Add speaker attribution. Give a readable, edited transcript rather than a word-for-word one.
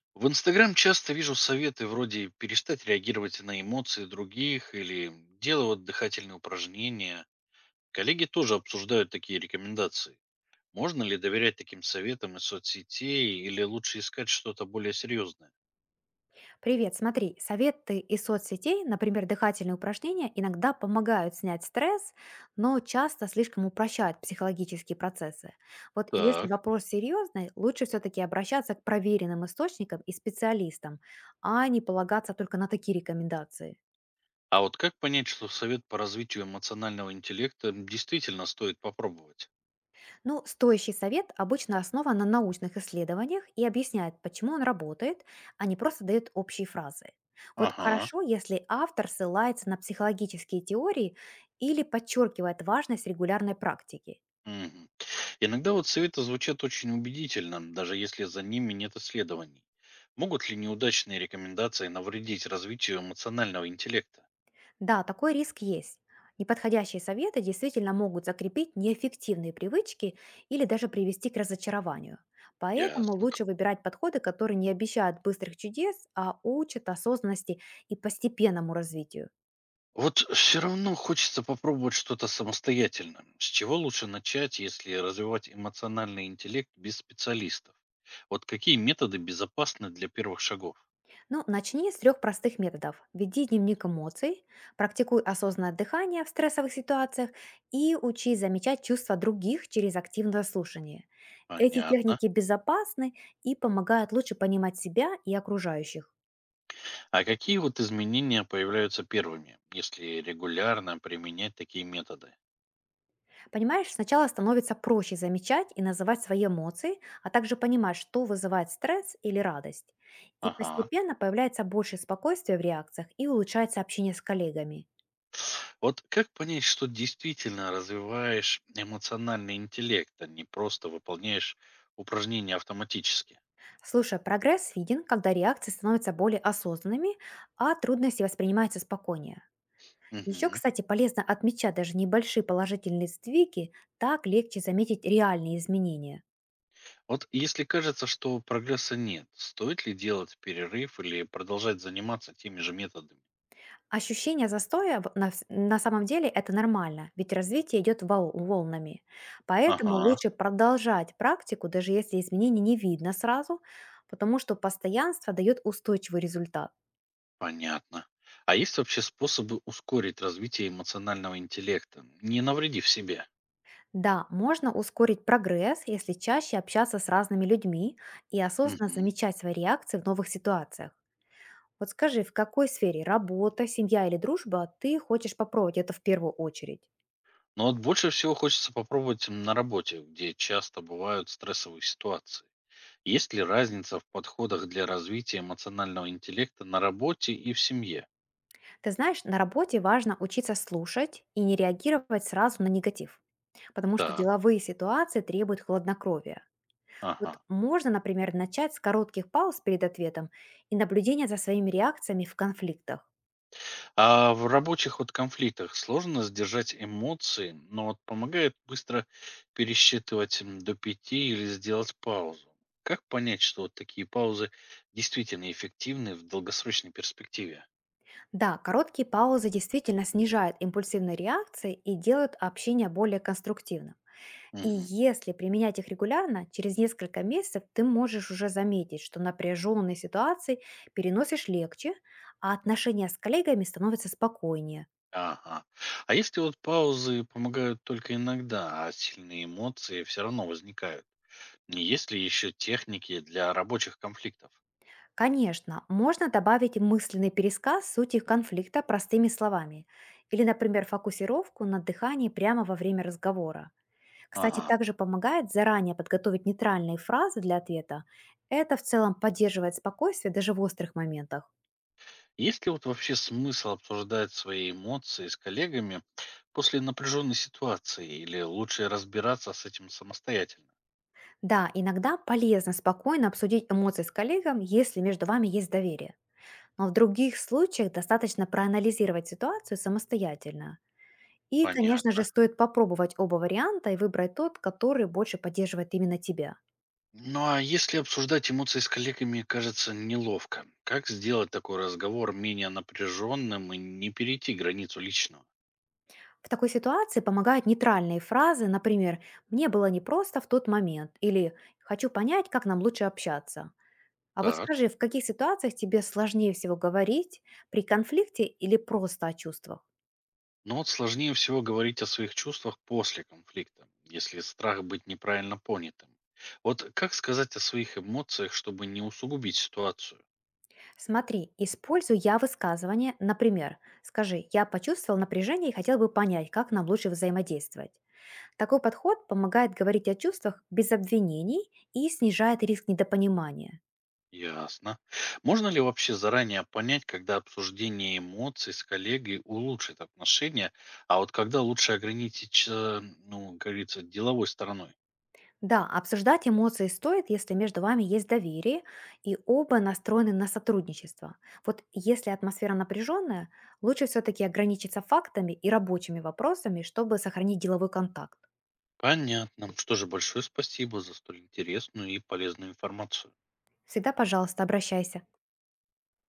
Speaker 1: В Инстаграм часто вижу советы вроде перестать реагировать на эмоции других или делать дыхательные упражнения. Коллеги тоже обсуждают такие рекомендации. Можно ли доверять таким советам из соцсетей или лучше искать что-то более серьезное?
Speaker 2: Привет, смотри, советы из соцсетей, например, дыхательные упражнения, иногда помогают снять стресс, но часто слишком упрощают психологические процессы. Вот если
Speaker 1: Так.
Speaker 2: вопрос серьезный, лучше все-таки обращаться к проверенным источникам и специалистам, а не полагаться только на такие рекомендации.
Speaker 1: А вот как понять, что совет по развитию эмоционального интеллекта действительно стоит попробовать?
Speaker 2: Ну, стоящий совет обычно основан на научных исследованиях и объясняет, почему он работает, а не просто дает общие фразы. Вот
Speaker 1: Ага.
Speaker 2: хорошо, если автор ссылается на психологические теории или подчеркивает важность регулярной практики.
Speaker 1: Мгм. Иногда вот советы звучат очень убедительно, даже если за ними нет исследований. Могут ли неудачные рекомендации навредить развитию эмоционального интеллекта?
Speaker 2: Да, такой риск есть. Неподходящие советы действительно могут закрепить неэффективные привычки или даже привести к разочарованию. Поэтому
Speaker 1: Ясно.
Speaker 2: лучше выбирать подходы, которые не обещают быстрых чудес, а учат осознанности и постепенному развитию.
Speaker 1: Вот все равно хочется попробовать что-то самостоятельно. С чего лучше начать, если развивать эмоциональный интеллект без специалистов? Вот какие методы безопасны для первых шагов?
Speaker 2: Ну, начни с трех простых методов. Веди дневник эмоций, практикуй осознанное дыхание в стрессовых ситуациях и учи замечать чувства других через активное слушание. Эти
Speaker 1: Понятно.
Speaker 2: техники безопасны и помогают лучше понимать себя и окружающих.
Speaker 1: А какие вот изменения появляются первыми, если регулярно применять такие методы?
Speaker 2: Понимаешь, сначала становится проще замечать и называть свои эмоции, а также понимать, что вызывает стресс или радость. И
Speaker 1: Ага.
Speaker 2: постепенно появляется больше спокойствия в реакциях и улучшается общение с коллегами.
Speaker 1: Вот как понять, что действительно развиваешь эмоциональный интеллект, а не просто выполняешь упражнения автоматически?
Speaker 2: Слушай, прогресс виден, когда реакции становятся более осознанными, а трудности воспринимаются спокойнее. Еще,
Speaker 1: Мгм.
Speaker 2: кстати, полезно отмечать даже небольшие положительные сдвиги, так легче заметить реальные изменения.
Speaker 1: Вот если кажется, что прогресса нет, стоит ли делать перерыв или продолжать заниматься теми же методами?
Speaker 2: Ощущение застоя на самом деле это нормально, ведь развитие идет волнами. Поэтому
Speaker 1: Ага,
Speaker 2: лучше продолжать практику, даже если изменений не видно сразу, потому что постоянство дает устойчивый результат.
Speaker 1: понятно. А есть вообще способы ускорить развитие эмоционального интеллекта, не навредив себе?
Speaker 2: Да, можно ускорить прогресс, если чаще общаться с разными людьми и осознанно
Speaker 1: Мгм.
Speaker 2: замечать свои реакции в новых ситуациях. Вот скажи, в какой сфере – работа, семья или дружба – ты хочешь попробовать это в первую очередь?
Speaker 1: Но вот больше всего хочется попробовать на работе, где часто бывают стрессовые ситуации. Есть ли разница в подходах для развития эмоционального интеллекта на работе и в семье?
Speaker 2: Ты знаешь, на работе важно учиться слушать и не реагировать сразу на негатив, потому что
Speaker 1: Так,
Speaker 2: деловые ситуации требуют хладнокровия. Вот
Speaker 1: ага.
Speaker 2: можно, например, начать с коротких пауз перед ответом и наблюдения за своими реакциями в конфликтах.
Speaker 1: А в рабочих вот конфликтах сложно сдержать эмоции, но вот помогает быстро пересчитывать до 5 или сделать паузу. Как понять, что вот такие паузы действительно эффективны в долгосрочной перспективе?
Speaker 2: Да, короткие паузы действительно снижают импульсивные реакции и делают общение более конструктивным. И
Speaker 1: Мгм.
Speaker 2: если применять их регулярно, через несколько месяцев ты можешь уже заметить, что напряженные ситуации переносишь легче, а отношения с коллегами становятся спокойнее.
Speaker 1: Ага. А если вот паузы помогают только иногда, а сильные эмоции все равно возникают? Есть ли еще техники для рабочих конфликтов?
Speaker 2: Конечно, можно добавить мысленный пересказ сути конфликта простыми словами или, например, фокусировку на дыхании прямо во время разговора. Кстати,
Speaker 1: Ага.
Speaker 2: также помогает заранее подготовить нейтральные фразы для ответа. Это в целом поддерживает спокойствие даже в острых моментах.
Speaker 1: Есть ли вот вообще смысл обсуждать свои эмоции с коллегами после напряженной ситуации или лучше разбираться с этим самостоятельно?
Speaker 2: Да, иногда полезно спокойно обсудить эмоции с коллегом, если между вами есть доверие. Но в других случаях достаточно проанализировать ситуацию самостоятельно. И, конечно же,
Speaker 1: Понятно.
Speaker 2: стоит попробовать оба варианта и выбрать тот, который больше поддерживает именно тебя.
Speaker 1: Ну а если обсуждать эмоции с коллегами кажется неловко, как сделать такой разговор менее напряженным и не перейти границу личного?
Speaker 2: В такой ситуации помогают нейтральные фразы, например, «мне было непросто в тот момент» или «хочу понять, как нам лучше общаться». А вот
Speaker 1: Так.
Speaker 2: скажи, в каких ситуациях тебе сложнее всего говорить при конфликте или просто о чувствах?
Speaker 1: Но вот сложнее всего говорить о своих чувствах после конфликта, если страх быть неправильно понятым. Вот как сказать о своих эмоциях, чтобы не усугубить ситуацию?
Speaker 2: Смотри, используй я высказывание, например, скажи, я почувствовал напряжение и хотел бы понять, как нам лучше взаимодействовать. Такой подход помогает говорить о чувствах без обвинений и снижает риск недопонимания.
Speaker 1: Ясно. Можно ли вообще заранее понять, когда обсуждение эмоций с коллегой улучшит отношения, а вот когда лучше ограничить, ну, как говорится, деловой стороной?
Speaker 2: Да, обсуждать эмоции стоит, если между вами есть доверие и оба настроены на сотрудничество. Вот если атмосфера напряженная, лучше все-таки ограничиться фактами и рабочими вопросами, чтобы сохранить деловой контакт.
Speaker 1: Понятно. Что же, большое спасибо за столь интересную и полезную информацию.
Speaker 2: Всегда, пожалуйста, обращайся.